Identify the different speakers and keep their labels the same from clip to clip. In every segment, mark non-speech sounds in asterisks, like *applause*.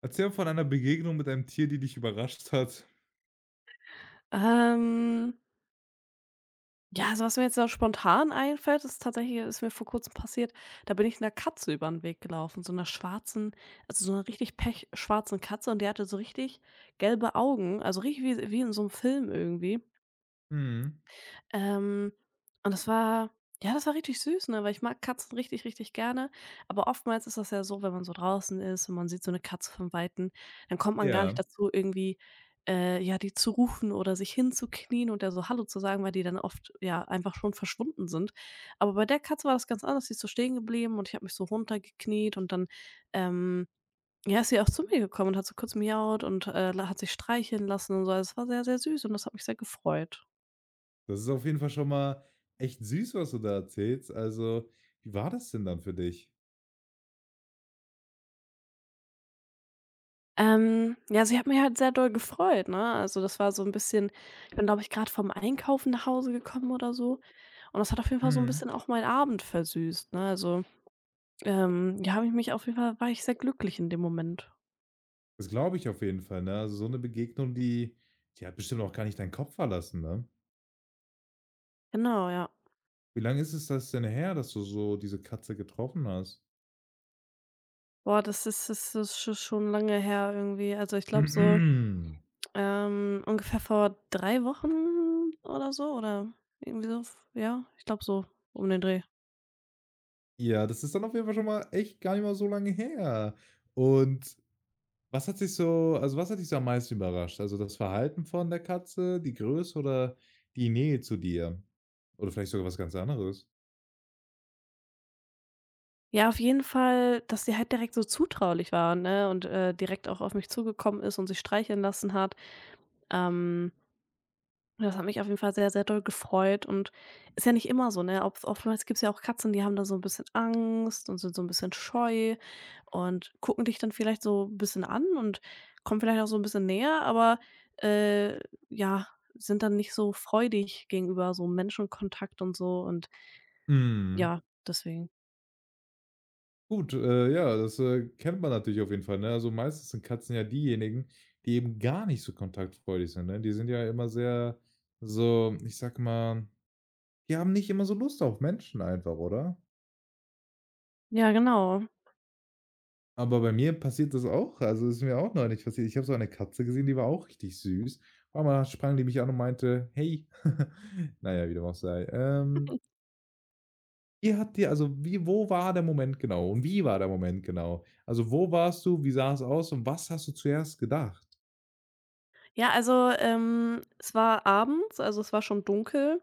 Speaker 1: Erzähl von einer Begegnung mit einem Tier, die dich überrascht hat.
Speaker 2: Ähm, ja, also was mir jetzt da spontan einfällt, ist mir vor Kurzem passiert. Da bin ich einer Katze über den Weg gelaufen, so einer schwarzen, also so einer richtig pechschwarzen Katze, und die hatte so richtig gelbe Augen, also richtig wie in so einem Film irgendwie.
Speaker 1: Mhm,
Speaker 2: Ähm, und das war Ja, das war richtig süß, ne, weil ich mag Katzen richtig, richtig gerne. Aber oftmals ist das ja so, wenn man so draußen ist und man sieht so eine Katze von Weitem, dann kommt man gar nicht
Speaker 1: ja.
Speaker 2: dazu, irgendwie, ja, die zu rufen oder sich hinzuknien und der so „Hallo" zu sagen, weil die dann oft, ja, einfach schon verschwunden sind. Aber bei der Katze war das ganz anders. Die ist so stehen geblieben und ich habe mich so runtergekniet, und dann, ähm, ja, ist sie auch zu mir gekommen und hat so kurz miaut und, hat sich streicheln lassen und so. Also, es war sehr, sehr süß und das hat mich sehr gefreut.
Speaker 1: Das ist auf jeden Fall schon mal echt süß, was du da erzählst. Also, wie war das denn dann für dich?
Speaker 2: Ja, also ich habe mich halt sehr doll gefreut, ne? Also, das war so ein bisschen, ich bin, glaube ich, gerade vom Einkaufen nach Hause gekommen oder so, und das hat auf jeden Fall so ein
Speaker 1: Mhm.
Speaker 2: bisschen auch meinen Abend versüßt, ne? Also, ja, habe ich mich auf jeden Fall war ich sehr glücklich in dem Moment.
Speaker 1: Das glaube ich auf jeden Fall, ne? Also so eine Begegnung, die die hat bestimmt auch gar nicht deinen Kopf verlassen, ne?
Speaker 2: Genau, ja.
Speaker 1: Wie lange ist es das denn her, dass du so diese Katze getroffen hast?
Speaker 2: Boah, das ist schon lange her irgendwie. Also, ich
Speaker 1: *clears throat*
Speaker 2: glaube so,
Speaker 1: Mhm.
Speaker 2: ungefähr vor 3 Wochen oder so, oder irgendwie so, ja, ich glaube so um den Dreh.
Speaker 1: Ja, das ist dann auf jeden Fall schon mal echt gar nicht mal so lange her. Und was hat dich so am meisten überrascht? Also, das Verhalten von der Katze, die Größe oder die Nähe zu dir? Oder vielleicht sogar was ganz anderes?
Speaker 2: Ja, auf jeden Fall, dass sie halt direkt so zutraulich war, ne, und, direkt auch auf mich zugekommen ist und sich streicheln lassen hat. Ähm, Das hat mich auf jeden Fall sehr, sehr doll gefreut, und ist ja nicht immer so, ne? Ob Oftmals gibt's ja auch Katzen, die haben da so ein bisschen Angst und sind so ein bisschen scheu und gucken dich dann vielleicht so ein bisschen an und kommen vielleicht auch so ein bisschen näher, aber, äh, ja, sind dann nicht so freudig gegenüber so Menschenkontakt und so, und
Speaker 1: Mhm.
Speaker 2: ja, deswegen.
Speaker 1: Gut, ja, das, kennt man natürlich auf jeden Fall, ne? Also, meistens sind Katzen ja diejenigen, die eben gar nicht so kontaktfreudig sind, ne? Die sind ja immer sehr so, ich sage mal, die haben nicht immer so Lust auf Menschen einfach, oder?
Speaker 2: Ja, genau.
Speaker 1: Aber bei mir passiert das auch. Also, ist mir auch neulich passiert. Ich habe so eine Katze gesehen, die war auch richtig süß. Auf einmal sprang die mich an und meinte: „Hey." *laughs* Naja, ja, wie dem auch sei. „Wie hat dir also, wie wo war der Moment genau und wie war der Moment genau? Also, wo warst du, wie sah es aus und was hast du zuerst gedacht?"
Speaker 2: Ja, also, es war abends, also, es war schon dunkel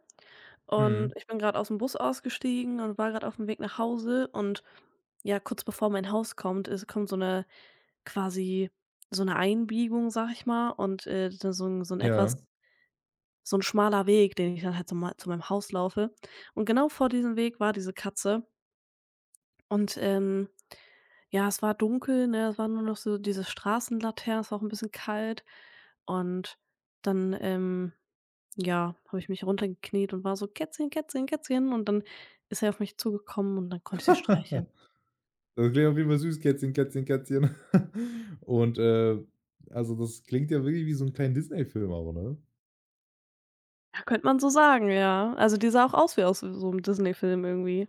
Speaker 2: und
Speaker 1: Mhm,
Speaker 2: ich bin gerade aus dem Bus ausgestiegen und war gerade auf dem Weg nach Hause, und ja, kurz bevor mein Haus kommt, ist kommt so eine, quasi, so eine Einbiegung, sag ich mal, und, da so ein, so 'n
Speaker 1: ja.
Speaker 2: etwas so ein schmaler Weg, den ich dann halt zu meinem Haus laufe. Und genau vor diesem Weg war diese Katze. Und, ja, es war dunkel, ne? Es waren nur noch so diese Straßenlaternen, es war auch ein bisschen kalt. Und dann, ja, habe ich mich runtergekniet und war so: „Kätzchen, Kätzchen, Kätzchen." Und dann ist er auf mich zugekommen und dann konnte ich sie streicheln.
Speaker 1: *laughs* Das klingt auf jeden Fall süß, Kätzchen, Kätzchen, Kätzchen. *laughs* Und, also, das klingt ja wirklich wie so ein kleiner Disney-Film, aber, ne?
Speaker 2: Ja, könnte man so sagen, ja. Also, die sah auch aus wie aus so einem Disney-Film irgendwie.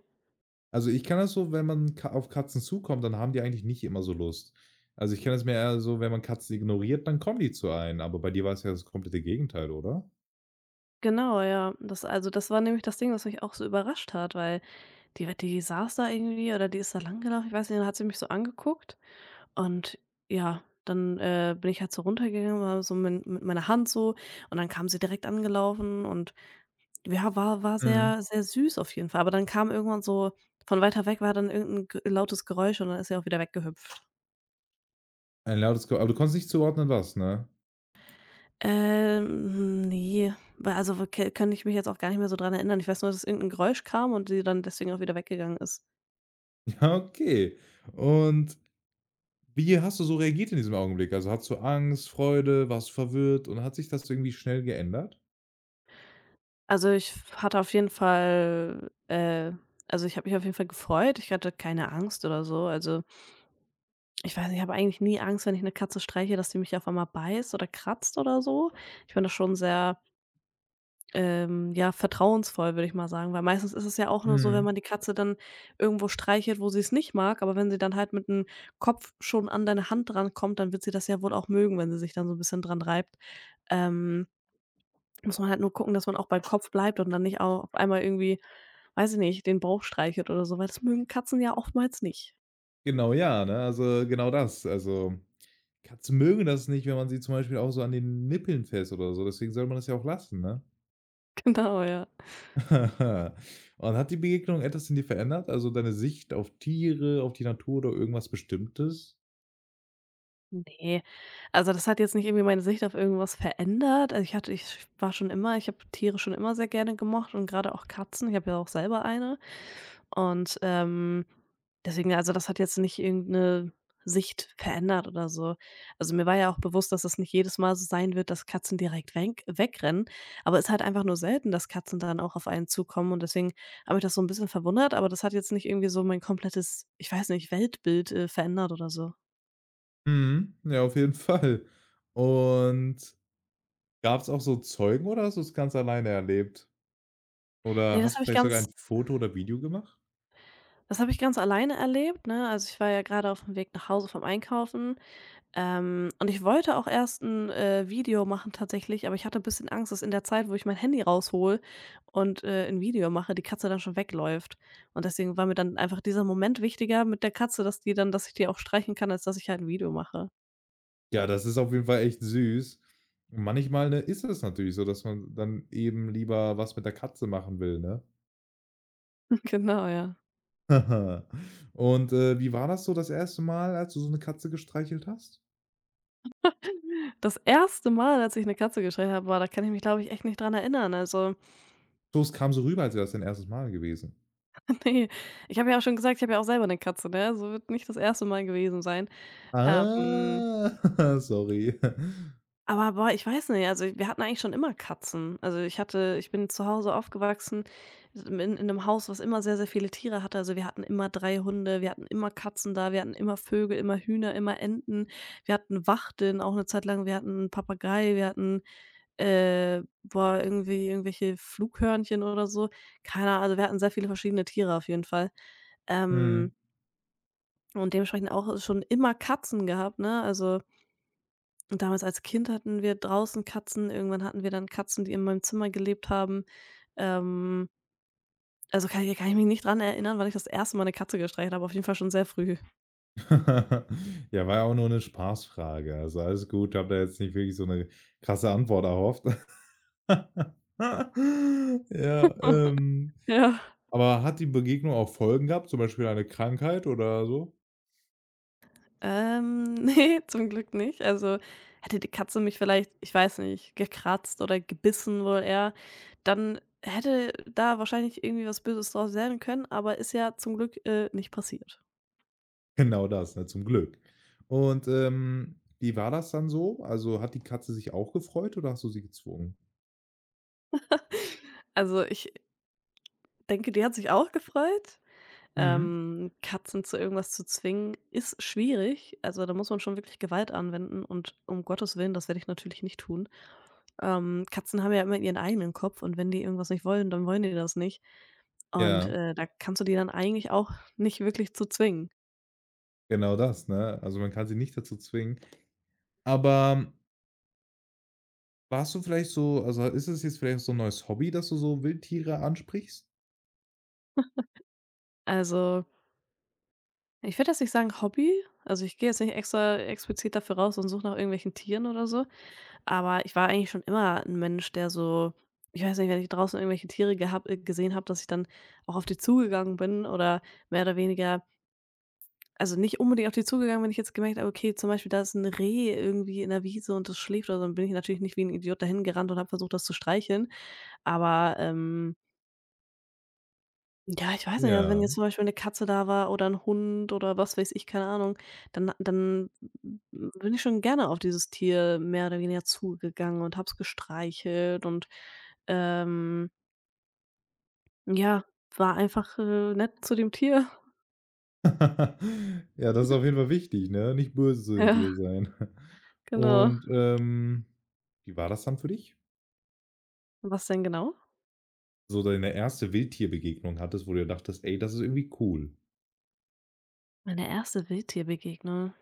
Speaker 1: Also, ich kann das so, wenn man Ka auf Katzen zukommt, dann haben die eigentlich nicht immer so Lust. Also, ich kenne das mir eher so, wenn man Katzen ignoriert, dann kommen die zu einem, aber bei dir war es ja das komplette Gegenteil, oder?
Speaker 2: Genau, ja. Das, also, das war nämlich das Ding, was mich auch so überrascht hat, weil die saß da irgendwie, oder die ist da langgelaufen, ich weiß nicht, dann hat sie mich so angeguckt. Und ja, dann, bin ich halt so runtergegangen, war so mit meiner Hand so, und dann kam sie direkt angelaufen und ja, war
Speaker 1: Mhm.
Speaker 2: sehr, sehr süß auf jeden Fall. Aber dann kam irgendwann so von weiter weg, war dann irgendein 'n lautes Geräusch und dann ist sie auch wieder weggehüpft.
Speaker 1: Ein lautes Ge aber du konntest nicht zuordnen, was, ne?
Speaker 2: Ne, weil, also w kann ich mich jetzt auch gar nicht mehr so dran erinnern. Ich weiß nur, dass irgendein Geräusch kam und sie dann deswegen auch wieder weggegangen ist.
Speaker 1: *laughs* Ja, okay. Und wie hast du so reagiert in diesem Augenblick? Also, hattest du Angst, Freude, warst du verwirrt und hat sich das irgendwie schnell geändert?
Speaker 2: Also, ich hatte auf jeden Fall, äh also, ich habe mich auf jeden Fall gefreut. Ich hatte keine Angst oder so. Also, ich weiß nicht, ich habe eigentlich nie Angst, wenn ich eine Katze streiche, dass die mich auf einmal beißt oder kratzt oder so. Ich bin da schon sehr, ja, vertrauensvoll, würde ich mal sagen, weil meistens ist es ja auch nur so, wenn
Speaker 1: Mhm.
Speaker 2: man die Katze dann irgendwo streichelt, wo sie es nicht mag, aber wenn sie dann halt mit dem Kopf schon an deine Hand dran kommt, dann wird sie das ja wohl auch mögen, wenn sie sich dann so ein bisschen dran reibt. Ähm, Muss man halt nur gucken, dass man auch beim Kopf bleibt und dann nicht au auf einmal irgendwie, weiß ich nicht, den Bauch streichelt oder so, weil das mögen Katzen ja oftmals nicht.
Speaker 1: Genau, ja, ne? Also, genau das. Also, Katzen mögen das nicht, wenn man sie zum Beispiel auch so an den Nippeln fest oder so, deswegen soll man das ja auch lassen, ne?
Speaker 2: *laughs* Genau, ja.
Speaker 1: *laughs* Und hat die Begegnung etwas in dir verändert? Also, deine Sicht auf Tiere, auf die Natur oder irgendwas Bestimmtes?
Speaker 2: Ne, also das hat jetzt nicht irgendwie meine Sicht auf irgendwas verändert. Also ich habe Tiere schon immer sehr gerne gemocht, und gerade auch Katzen. Ich habe ja auch selber eine, und, deswegen, also das hat jetzt nicht irgendeine Sicht verändert oder so. Also mir war ja auch bewusst, dass es nicht jedes Mal so sein wird, dass Katzen direkt wenk wegrennen, aber es ist halt einfach nur selten, dass Katzen dann auch auf einen zukommen, und deswegen habe ich das so ein bisschen verwundert, aber das hat jetzt nicht irgendwie so mein komplettes, ich weiß nicht, Weltbild, verändert oder so.
Speaker 1: Mhm. Ja, auf jeden *laughs* Fall. Und gab es auch so Zeugen oder hast du es ganz alleine erlebt? Oder
Speaker 2: Ne,
Speaker 1: hast du vielleicht sogar ein Foto oder Video gemacht?
Speaker 2: das habe ich ganz alleine erlebt, ne? Also, ich war ja gerade auf dem Weg nach Hause vom Einkaufen, und ich wollte auch erst ein, Video machen tatsächlich, aber ich hatte ein bisschen Angst, dass in der Zeit, wo ich mein Handy raushole und, 'n Video mache, die Katze dann schon wegläuft. Und deswegen war mir dann einfach dieser Moment wichtiger mit der Katze, dass ich die auch streicheln kann, als dass ich halt ein Video mache.
Speaker 1: Ja, das ist auf jeden Fall echt süß. Manchmal, ne, ist es natürlich so, dass man dann eben lieber was mit der Katze machen will, ne?
Speaker 2: *laughs* Genau, ja.
Speaker 1: *laughs* Und, wie war das so das erste Mal, als du so eine Katze gestreichelt hast?
Speaker 2: Das erste Mal, als ich eine Katze gestreichelt habe, war, da kann ich mich, glaube ich, echt nicht dran erinnern. Also,
Speaker 1: So, es kam so rüber, als wäre es dein erstes Mal gewesen.
Speaker 2: *laughs* nee, ich habe ja auch schon gesagt, ich habe ja auch selber eine Katze, ne? Also, wird nicht das erste Mal gewesen sein. Hm,
Speaker 1: Ah, *laughs* sorry.
Speaker 2: aber boah, ich weiß nicht, also wir hatten eigentlich schon immer Katzen. Also, ich bin zu Hause aufgewachsen, in 'nem Haus, was immer sehr, sehr viele Tiere hatte. Also, wir hatten immer 3 Hunde, wir hatten immer Katzen da, wir hatten immer Vögel, immer Hühner, immer Enten. Wir hatten Wachteln auch eine Zeit lang, wir hatten 'n Papagei, wir hatten, boah, irgendwie irgendwelche Flughörnchen oder so. Keine Ahnung, also wir hatten sehr viele verschiedene Tiere auf jeden Fall. Ähm,
Speaker 1: Mhm.
Speaker 2: und dementsprechend auch schon immer Katzen gehabt, ne? Also. Und damals als Kind hatten wir draußen Katzen, irgendwann hatten wir dann Katzen, die in meinem Zimmer gelebt haben. Ähm, also, kann ich mich nicht dran erinnern, weil ich das erste Mal eine Katze gestreichelt habe, auf jeden Fall schon sehr früh.
Speaker 1: *laughs* Ja, war ja auch nur 'ne Spaßfrage, also alles gut. Ich habe da jetzt nicht wirklich so 'ne krasse Antwort erhofft. *laughs* Ja,
Speaker 2: Ja.
Speaker 1: aber hat die Begegnung auch Folgen gehabt, zum Beispiel eine Krankheit oder so?
Speaker 2: *laughs* Ne, zum Glück nicht. Also, hätte die Katze mich vielleicht, ich weiß nicht, gekratzt oder gebissen wohl eher, dann hätte da wahrscheinlich irgendwie was Böses draus werden können, aber ist ja zum Glück, nicht passiert.
Speaker 1: Genau das, ne, zum Glück. Und, wie war das dann so? Also, hat die Katze sich auch gefreut oder hast du sie gezwungen?
Speaker 2: Also, ich denke, die hat sich auch gefreut.
Speaker 1: Mhm.
Speaker 2: Katzen zu irgendwas zu zwingen, ist schwierig. Also, da muss man schon wirklich Gewalt anwenden und, um Gottes Willen, das werde ich natürlich nicht tun. Katzen haben ja immer ihren eigenen Kopf und wenn die irgendwas nicht wollen, dann wollen die das nicht. Und,
Speaker 1: Ja.
Speaker 2: da kannst du die dann eigentlich auch nicht wirklich zu zwingen.
Speaker 1: Genau das, ne? Also, man kann sie nicht dazu zwingen. Aber warst du vielleicht so also, ist es jetzt vielleicht so ein neues Hobby, dass du so Wildtiere ansprichst?
Speaker 2: Also, ich würde jetzt nicht sagen Hobby. Also, ich gehe jetzt nicht extra explizit dafür raus und suche nach irgendwelchen Tieren oder so. Aber ich war eigentlich schon immer ein Mensch, der so, ich weiß nicht, wenn ich draußen irgendwelche Tiere gehab gesehen habe, dass ich dann auch auf die zugegangen bin, oder mehr oder weniger, also, nicht unbedingt auf die zugegangen, wenn ich jetzt gemerkt habe, okay, zum Beispiel da ist ein Reh irgendwie in der Wiese und das schläft oder so, dann bin ich natürlich nicht wie ein Idiot dahin gerannt und habe versucht, das zu streicheln. Aber, ja, ich weiß nicht, also wenn
Speaker 1: Ja.
Speaker 2: jetzt zum Beispiel 'ne Katze da war oder 'n Hund oder was weiß ich, keine Ahnung, dann bin ich schon gerne auf dieses Tier mehr oder weniger zugegangen und habe es gestreichelt und, ähm, ja, war einfach, nett zu dem Tier.
Speaker 1: *laughs* Ja, das ist auf jeden Fall wichtig, ne? Nicht böse zu dem Tier
Speaker 2: *laughs* Ja,
Speaker 1: sein.
Speaker 2: genau.
Speaker 1: Und, wie war das dann für dich?
Speaker 2: Was denn genau?
Speaker 1: So, deine erste Wildtierbegegnung hattest, wo du dir dachtest: „Ey, das ist irgendwie cool."
Speaker 2: Meine erste Wildtierbegegnung?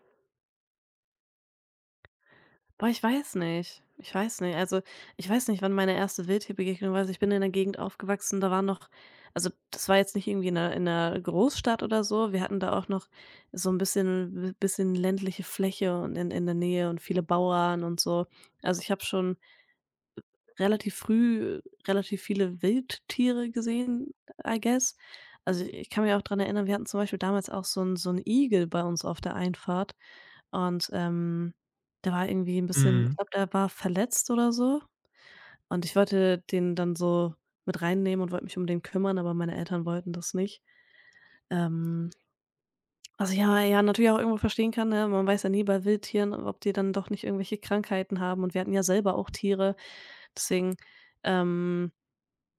Speaker 2: Boah, ich weiß nicht. Ich weiß nicht. Also, ich weiß nicht, wann meine erste Wildtierbegegnung war. Also, ich bin in der Gegend aufgewachsen, da waren noch, also, das war jetzt nicht irgendwie in 'ner Großstadt oder so. Wir hatten da auch noch so ein bisschen ländliche Fläche und, in der Nähe, und viele Bauern und so. Also, ich habe schon relativ früh relativ viele Wildtiere gesehen, I guess. Also, ich kann mich auch dran erinnern, wir hatten zum Beispiel damals auch so einen Igel bei uns auf der Einfahrt. Und, ähm, Der war irgendwie 'n bisschen, ich
Speaker 1: Mhm.
Speaker 2: glaube, der war verletzt oder so und ich wollte den dann so mit reinnehmen und wollte mich um den kümmern, aber meine Eltern wollten das nicht. Ähm, Was ich aber ja natürlich auch irgendwo verstehen kann, ne? Man weiß ja nie bei Wildtieren, ob die dann doch nicht irgendwelche Krankheiten haben, und wir hatten ja selber auch Tiere. Deswegen, ähm,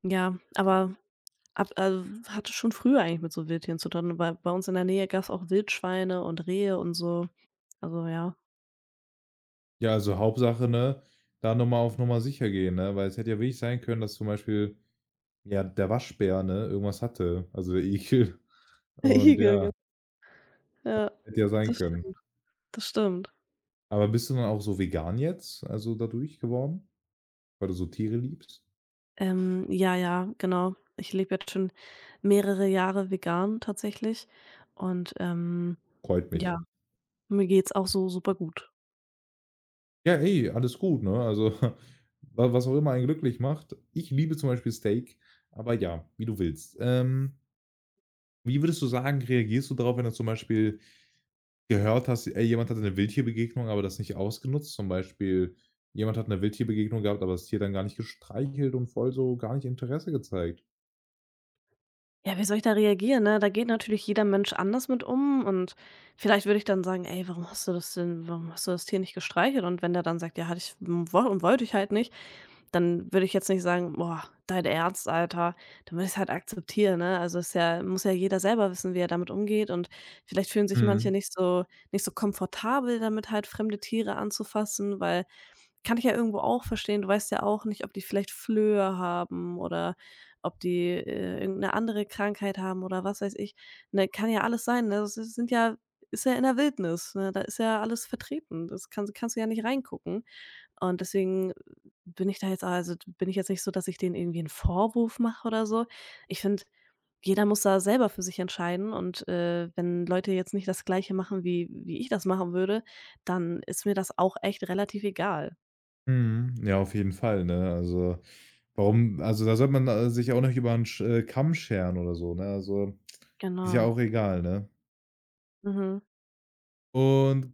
Speaker 2: ja, aber hatte schon früher eigentlich mit so Wildtieren zu tun, weil bei uns in der Nähe gab's auch Wildschweine und Rehe und so. Also, ja.
Speaker 1: Ja, also, Hauptsache, ne, da noch mal auf Nummer sicher gehen, ne? Weil es hätte ja wirklich sein können, dass zum Beispiel, ja, der Waschbär, ne, irgendwas hatte, also, der Igel. *laughs*
Speaker 2: *laughs*
Speaker 1: Und
Speaker 2: Igel, ge
Speaker 1: ja,
Speaker 2: ja,
Speaker 1: hätte ja sein
Speaker 2: das
Speaker 1: können.
Speaker 2: stimmt. Das stimmt.
Speaker 1: Aber bist du dann auch so vegan jetzt, also dadurch geworden, weil du so Tiere liebst?
Speaker 2: Ja, ja, genau. Ich lebe jetzt schon mehrere Jahre vegan tatsächlich und
Speaker 1: Freut mich.
Speaker 2: ja, mir geht's auch so super gut.
Speaker 1: Ja, ey, alles gut, ne? Also, *laughs* wa was auch immer einen glücklich macht. Ich liebe zum Beispiel Steak, aber ja, wie du willst. Wie würdest du sagen, reagierst du darauf, wenn du zum Beispiel gehört hast, ey, jemand hatte eine Wildtierbegegnung, aber das nicht ausgenutzt? Zum Beispiel, jemand hat eine Wildtierbegegnung gehabt, aber das Tier dann gar nicht gestreichelt und voll so gar nicht Interesse gezeigt.
Speaker 2: Ja, wie soll ich da reagieren, ne? Da geht natürlich jeder Mensch anders mit um, und vielleicht würde ich dann sagen: „Ey, warum hast du das denn warum hast du das Tier nicht gestreichelt?“ Und wenn der dann sagt: „Ja, hatte ich w woll und wollte ich halt nicht“, dann würde ich jetzt nicht sagen: „Boah, dein Ernst, Alter?“ Dann würde ich es halt akzeptieren, ne? Also, ist ja muss ja jeder selber wissen, wie er damit umgeht, und vielleicht fühlen sich manche
Speaker 1: Mhm.
Speaker 2: nicht so komfortabel damit, halt fremde Tiere anzufassen, weil kann ich ja irgendwo auch verstehen. Du weißt ja auch nicht, ob die vielleicht Flöhe haben oder ob die, irgend 'ne andere Krankheit haben oder was weiß ich, ne? Kann ja alles sein, ne? Das s sind ja ist ja in der Wildnis, ne? Da ist ja alles vertreten. Das kannst du ja nicht reingucken. Und deswegen bin ich jetzt nicht so, dass ich denen irgendwie einen Vorwurf mache oder so. Ich finde, jeder muss da selber für sich entscheiden, und, wenn Leute jetzt nicht das Gleiche machen, wie ich das machen würde, dann ist mir das auch echt relativ egal.
Speaker 1: Mhm. Ja, auf jeden Fall, ne? Also, da sollte man, sich auch nicht über einen Sch Kamm scheren oder so, ne? Also, ist ja
Speaker 2: Genau.
Speaker 1: auch egal, ne?
Speaker 2: Mhm.
Speaker 1: Und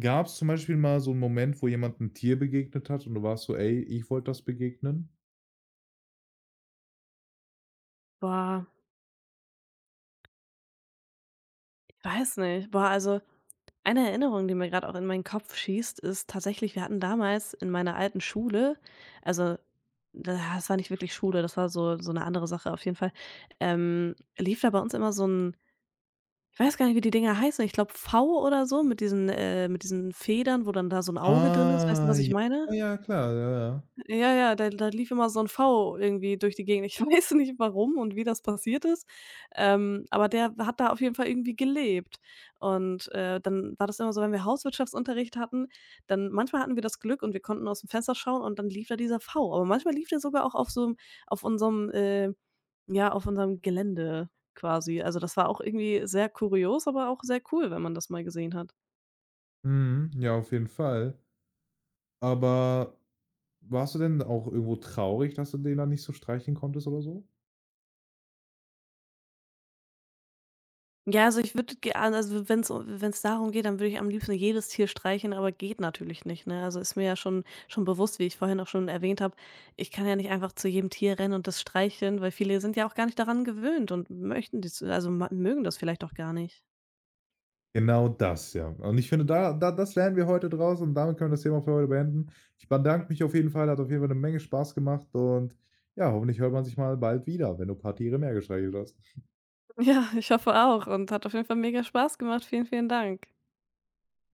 Speaker 1: gab es zum Beispiel mal so einen Moment, wo jemand 'n Tier begegnet hat und du warst so: „Ey, ich wollte das begegnen?"
Speaker 2: Boah, ich weiß nicht. Boah, also eine Erinnerung, die mir gerade auch in meinen Kopf schießt, ist tatsächlich, wir hatten damals in meiner alten Schule, also, da das war nicht wirklich Schule, das war so so eine andere Sache auf jeden Fall, lief da bei uns immer so ein, ich weiß gar nicht, wie die Dinger heißen, ich glaube V oder so, mit diesen Federn, wo dann da so ein Auge drin ist. Weißt du,
Speaker 1: Ah,
Speaker 2: was ich
Speaker 1: ja,
Speaker 2: meine?
Speaker 1: ja, ja, klar, ja, ja.
Speaker 2: Ja, ja, da da lief immer so ein V irgendwie durch die Gegend. Ich *laughs* weiß nicht, warum und wie das passiert ist, aber der hat da auf jeden Fall irgendwie gelebt. Und, dann war das immer so, wenn wir Hauswirtschaftsunterricht hatten, dann manchmal hatten wir das Glück und wir konnten aus dem Fenster schauen und dann lief da dieser V. Aber manchmal lief der sogar auch auf so auf unserem, ja, auf unserem Gelände quasi. Also, das war auch irgendwie sehr kurios, aber auch sehr cool, wenn man das mal gesehen hat.
Speaker 1: Mhm. Ja, auf jeden Fall. Aber warst du denn auch irgendwo traurig, dass du den dann nicht so streichen konntest oder so?
Speaker 2: Ja, also ich würde ge also wenn es darum geht, dann würde ich am liebsten jedes Tier streicheln, aber geht natürlich nicht, ne? Also ist mir ja schon bewusst, wie ich vorhin auch schon erwähnt habe, ich kann ja nicht einfach zu jedem Tier rennen und das streicheln, weil viele sind ja auch gar nicht daran gewöhnt und möchten das, also ma mögen das vielleicht auch gar nicht.
Speaker 1: Genau das, ja. Und ich finde, da das lernen wir heute draus und damit können wir das Thema für heute beenden. Ich bedanke mich auf jeden Fall, hat auf jeden Fall eine Menge Spaß gemacht und ja, hoffentlich hört man sich mal bald wieder, wenn du ein paar Tiere mehr gestreichelt hast.
Speaker 2: Ja, ich hoffe auch, und hat auf jeden Fall mega Spaß gemacht. Vielen, vielen Dank.